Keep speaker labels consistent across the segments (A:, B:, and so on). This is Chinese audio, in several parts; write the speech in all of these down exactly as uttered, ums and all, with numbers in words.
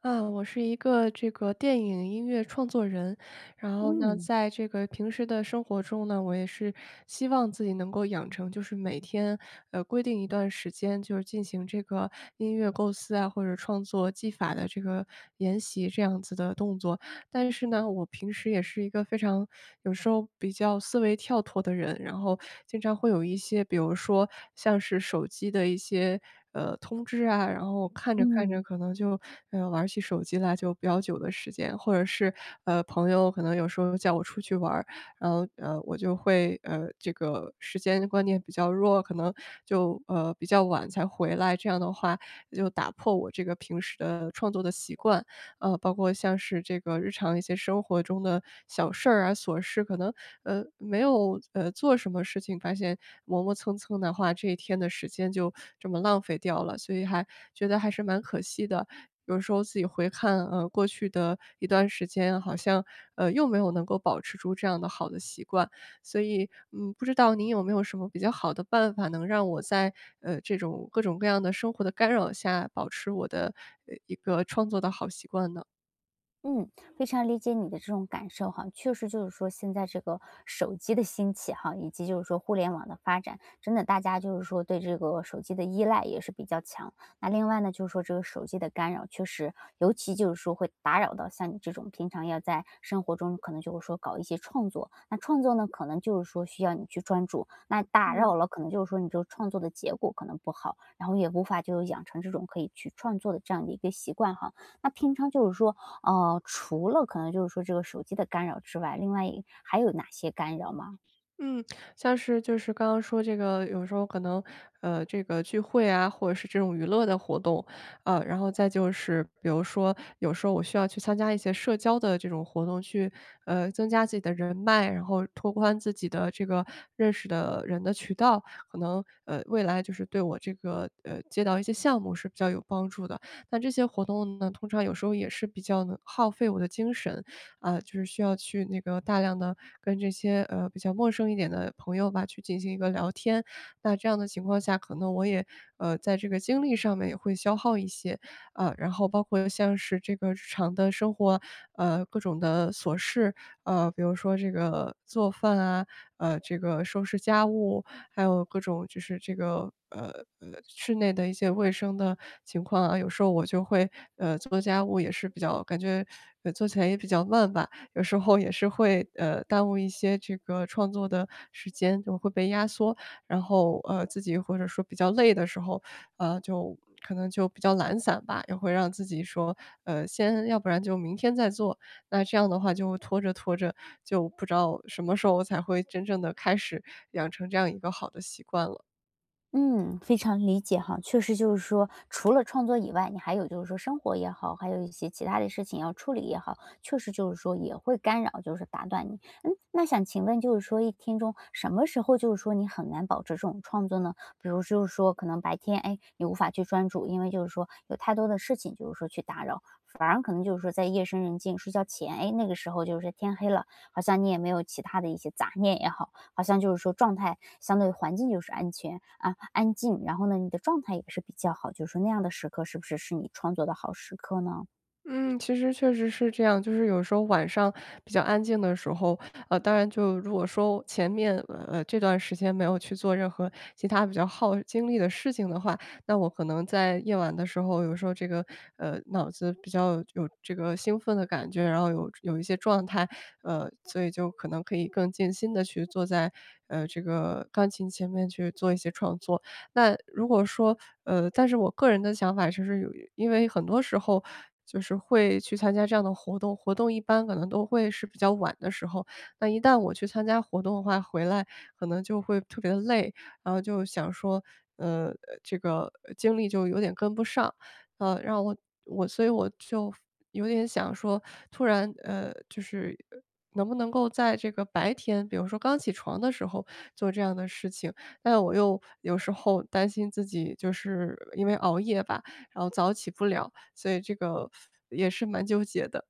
A: 啊，我是一个这个电影音乐创作人，然后呢，
B: 嗯，
A: 在这个平时的生活中呢，我也是希望自己能够养成，就是每天呃规定一段时间，就是进行这个音乐构思啊或者创作技法的这个研习这样子的动作。但是呢，我平时也是一个非常有时候比较思维跳脱的人，然后经常会有一些，比如说像是手机的一些呃通知啊，然后看着看着
B: 嗯，
A: 可能就呃玩起手机来，就比较久的时间，或者是呃朋友可能有时候叫我出去玩儿，然后呃我就会呃这个时间观念比较弱，可能就呃比较晚才回来，这样的话就打破我这个平时的创作的习惯。呃，包括像是这个日常一些生活中的小事儿啊、琐事，可能呃没有呃做什么事情，发现磨磨蹭蹭的话，这一天的时间就这么浪费掉了，所以还觉得还是蛮可惜的。有时候自己回看，呃，过去的一段时间，好像呃又没有能够保持住这样的好的习惯，所以，嗯，不知道您有没有什么比较好的办法，能让我在呃这种各种各样的生活的干扰下，保持我的呃一个创作的好习惯呢？
B: 嗯，非常理解你的这种感受哈，确实就是说现在这个手机的兴起哈，以及就是说互联网的发展，真的大家就是说对这个手机的依赖也是比较强。那另外呢，就是说这个手机的干扰，确实尤其就是说会打扰到像你这种平常要在生活中可能就会说搞一些创作，那创作呢可能就是说需要你去专注，那打扰了可能就是说你这个创作的结果可能不好，然后也无法就养成这种可以去创作的这样的一个习惯哈。那平常就是说呃，除了可能就是说这个手机的干扰之外，另外一还有哪些干扰吗？
A: 嗯，像是就是刚刚说这个，有时候可能，呃，这个聚会啊，或者是这种娱乐的活动，啊，然后再就是比如说，有时候我需要去参加一些社交的这种活动，去呃增加自己的人脉，然后拓宽自己的这个认识的人的渠道，可能呃未来就是对我这个呃接到一些项目是比较有帮助的。那这些活动呢，通常有时候也是比较能耗费我的精神，啊，就是需要去那个大量的跟这些，呃，比较陌生一点的朋友吧，去进行一个聊天。那这样的情况下，可能我也，呃，在这个精力上面也会消耗一些。啊，然后包括像是这个日常的生活，呃，各种的琐事，呃，比如说这个做饭啊，呃，这个收拾家务，还有各种就是这个呃呃室内的一些卫生的情况啊，有时候我就会呃做家务也是比较感觉呃做起来也比较慢吧，有时候也是会呃耽误一些这个创作的时间，就会被压缩，然后呃自己或者说比较累的时候，呃就可能就比较懒散吧，也会让自己说呃先要不然就明天再做，那这样的话就拖着拖着，就不知道什么时候才会真正的开始养成这样一个好的习惯了。
B: 嗯，非常理解哈，确实就是说，除了创作以外，你还有就是说生活也好，还有一些其他的事情要处理也好，确实就是说也会干扰，就是打断你。嗯，那想请问，就是说一天中什么时候就是说你很难保持这种创作呢？比如就是说，可能白天哎你无法去专注，因为就是说有太多的事情就是说去打扰，反而可能就是说在夜深人静睡觉前，哎那个时候就是天黑了，好像你也没有其他的一些杂念也好。好像就是说状态相对环境就是安全啊安静，然后呢，你的状态也是比较好，就是说那样的时刻是不是是你创作的好时刻呢？
A: 嗯，其实确实是这样，就是有时候晚上比较安静的时候，呃，当然就如果说前面呃呃这段时间没有去做任何其他比较耗精力的事情的话，那我可能在夜晚的时候，有时候这个呃脑子比较有这个兴奋的感觉，然后有有一些状态，呃，所以就可能可以更静心的去坐在呃这个钢琴前面去做一些创作。那如果说呃，但是我个人的想法就是有因为很多时候就是会去参加这样的活动，活动一般可能都会是比较晚的时候。那一旦我去参加活动的话，回来可能就会特别的累，然后就想说，呃，呃这个呃精力就有点跟不上。呃，让我我所以我就有点想说，突然呃，就是能不能够在这个白天，比如说刚起床的时候做这样的事情，但我又有时候担心自己就是因为熬夜吧，然后早起不了，所以这个也是蛮纠结的。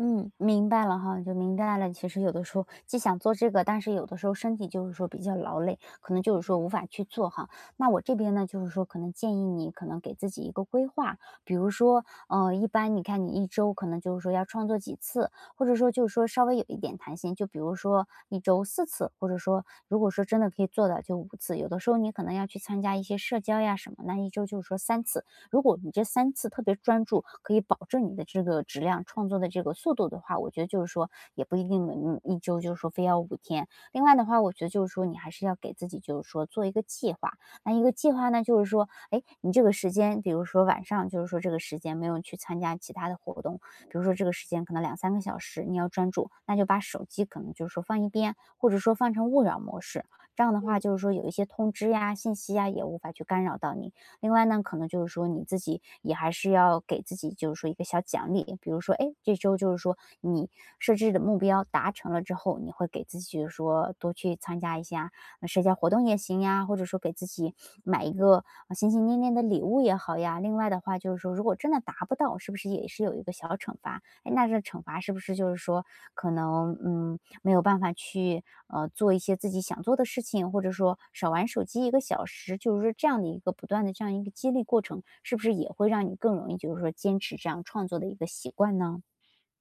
B: 嗯，明白了哈，就明白了。其实有的时候既想做这个，但是有的时候身体就是说比较劳累，可能就是说无法去做哈。那我这边呢，就是说可能建议你可能给自己一个规划，比如说，呃，一般你看你一周可能就是说要创作几次，或者说就是说稍微有一点弹性，就比如说一周四次，或者说如果说真的可以做到就五次，有的时候你可能要去参加一些社交呀什么，那一周就是说三次。如果你这三次特别专注，可以保证你的这个质量、创作的这个速度的话，我觉得就是说也不一定嗯，一周就是说非要五天。另外的话，我觉得就是说你还是要给自己就是说做一个计划，那一个计划呢，就是说，哎，你这个时间，比如说晚上就是说这个时间没有去参加其他的活动，比如说这个时间可能两三个小时你要专注，那就把手机可能就是说放一边，或者说放成勿扰模式，这样的话就是说有一些通知呀、信息呀，也无法去干扰到你。另外呢，可能就是说你自己也还是要给自己就是说一个小奖励，比如说，哎，这周就是说你设置的目标达成了之后，你会给自己就是说多去参加一下呃社交活动也行呀，或者说给自己买一个呃心心念念的礼物也好呀。另外的话就是说，如果真的达不到，是不是也是有一个小惩罚？哎，那这惩罚是不是就是说可能嗯没有办法去呃做一些自己想做的事情，或者说少玩手机一个小时，就是说这样的一个不断的这样一个激励过程，是不是也会让你更容易就是说坚持这样创作的一个习惯呢？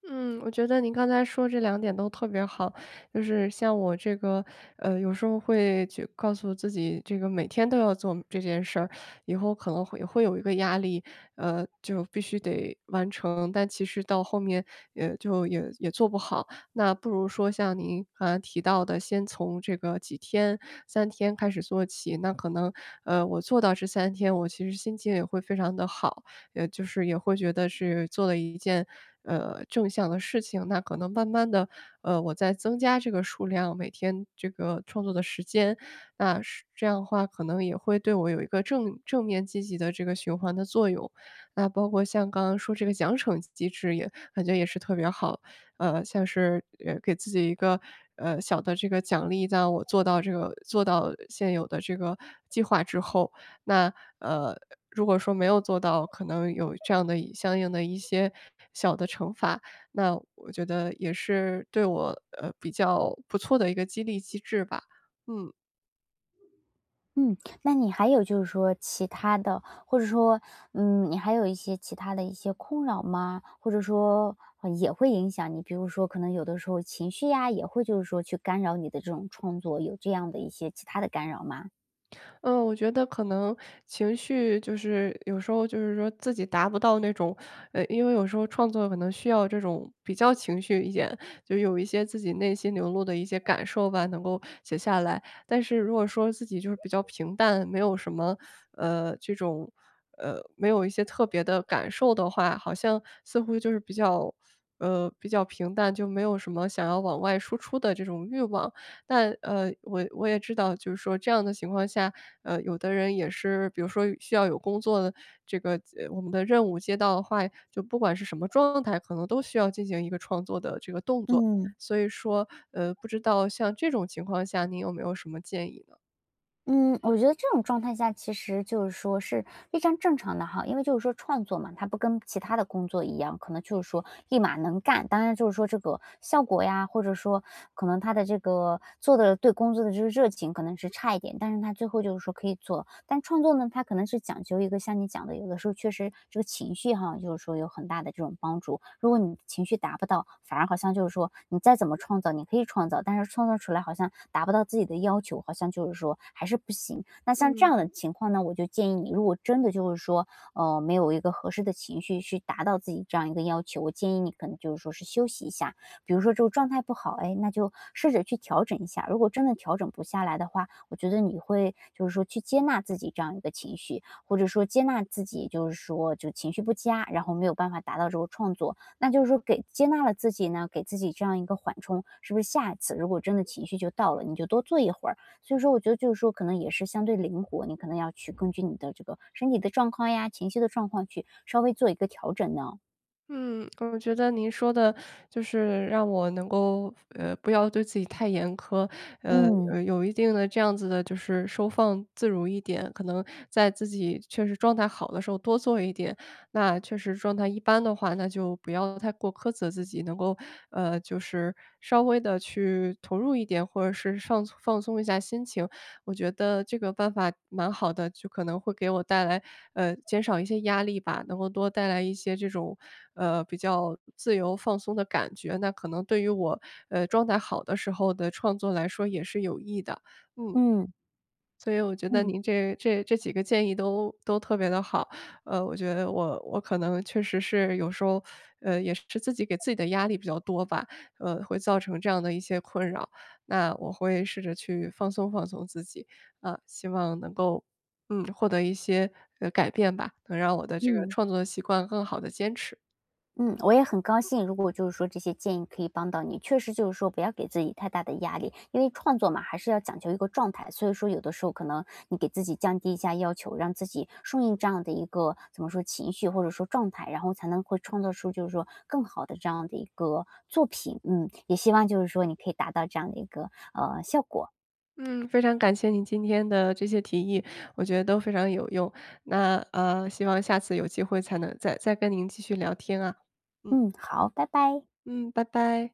A: 嗯，我觉得您刚才说这两点都特别好，就是像我这个，呃，有时候会去告诉自己，这个每天都要做这件事儿，以后可能会会有一个压力，呃，就必须得完成，但其实到后面，也就也也做不好。那不如说像您刚才提到的，先从这个几天、三天开始做起，那可能，呃，我做到这三天，我其实心情也会非常的好。呃，就是也会觉得是做了一件，呃，正向的事情。那可能慢慢的，呃，我在增加这个数量，每天这个创作的时间，那是这样的话可能也会对我有一个正正面积极的这个循环的作用。那包括像刚刚说这个奖惩机制也感觉也是特别好，呃，像是，呃，给自己一个，呃，小的这个奖励，在我做到这个做到现有的这个计划之后。那，呃，如果说没有做到，可能有这样的一相应的一些小的惩罚，那我觉得也是对我，呃，比较不错的一个激励机制吧，嗯。
B: 嗯，那你还有就是说其他的，或者说嗯你还有一些其他的一些困扰吗？或者说呃也会影响你，比如说可能有的时候情绪呀、也会就是说去干扰你的这种创作，有这样的一些其他的干扰吗？
A: 嗯，我觉得可能情绪就是有时候就是说自己达不到那种，呃，因为有时候创作可能需要这种比较情绪一点，就有一些自己内心流露的一些感受吧，能够写下来。但是如果说自己就是比较平淡，没有什么呃这种呃没有一些特别的感受的话，好像似乎就是比较呃比较平淡，就没有什么想要往外输出的这种欲望。但，呃，我我也知道，就是说这样的情况下，呃，有的人也是，比如说需要有工作的这个呃我们的任务接到的话，就不管是什么状态，可能都需要进行一个创作的这个动作。
B: 嗯，
A: 所以说，呃，不知道像这种情况下，您有没有什么建议呢？
B: 嗯，我觉得这种状态下其实就是说是非常正常的哈，因为就是说创作嘛，它不跟其他的工作一样，可能就是说立马能干。当然就是说这个效果呀，或者说可能他的这个做的对工作的这个热情可能是差一点，但是他最后就是说可以做。但创作创作呢，它可能是讲究一个像你讲的，有的时候确实这个情绪哈，就是说有很大的这种帮助。如果你情绪达不到，反而好像就是说你再怎么创造，你可以创造，但是创造出来好像达不到自己的要求，好像就是说还是不行。那像这
A: 嗯。
B: 样的情况呢，我就建议你，如果真的就是说，呃，没有一个合适的情绪去达到自己这样一个要求，我建议你可能就是说是休息一下，比如说这个状态不好，哎，那就试着去调整一下。如果真的调整不下来的话，我觉得你会就是说去接纳自己这样一个情绪，或者说接纳自己就是说就情绪不佳，然后没有办法达到这个创作，那就是说给接纳了自己呢，给自己这样一个缓冲，是不是下一次如果真的情绪就到了，你就多坐一会儿。所以说我觉得就是说可能也是相对灵活，你可能要去根据你的这个身体的状况呀、情绪的状况去稍微做一个调整呢。
A: 嗯，我觉得您说的就是让我能够，呃，不要对自己太严苛，呃，
B: 嗯
A: 呃有一定的这样子的就是收放自如一点，可能在自己确实状态好的时候多做一点，那确实状态一般的话，那就不要太过苛责自己，能够，呃，就是稍微的去投入一点，或者是放放松一下心情。我觉得这个办法蛮好的，就可能会给我带来，呃，减少一些压力吧，能够多带来一些这种，呃，比较自由放松的感觉，那可能对于我，呃，状态好的时候的创作来说也是有益的，嗯。
B: 嗯
A: 所以我觉得
B: 嗯
A: 您这这这几个建议都都特别的好，呃，我觉得我我可能确实是有时候，呃，也是自己给自己的压力比较多吧，呃，会造成这样的一些困扰。那我会试着去放松放松自己，啊，希望能够，嗯，获得一些，呃，改变吧，能让我的这个
B: 嗯。
A: 创作习惯更好的坚持。
B: 嗯，我也很高兴，如果就是说这些建议可以帮到你，确实就是说不要给自己太大的压力，因为创作嘛，还是要讲究一个状态，所以说有的时候可能你给自己降低一下要求，让自己顺应这样的一个怎么说情绪或者说状态，然后才能会创造出就是说更好的这样的一个作品。嗯，也希望就是说你可以达到这样的一个呃效果。
A: 嗯，非常感谢你今天的这些提议，我觉得都非常有用。那呃，希望下次有机会才能再再跟您继续聊天啊。嗯
B: 嗯，好，拜拜。
A: 嗯，拜拜。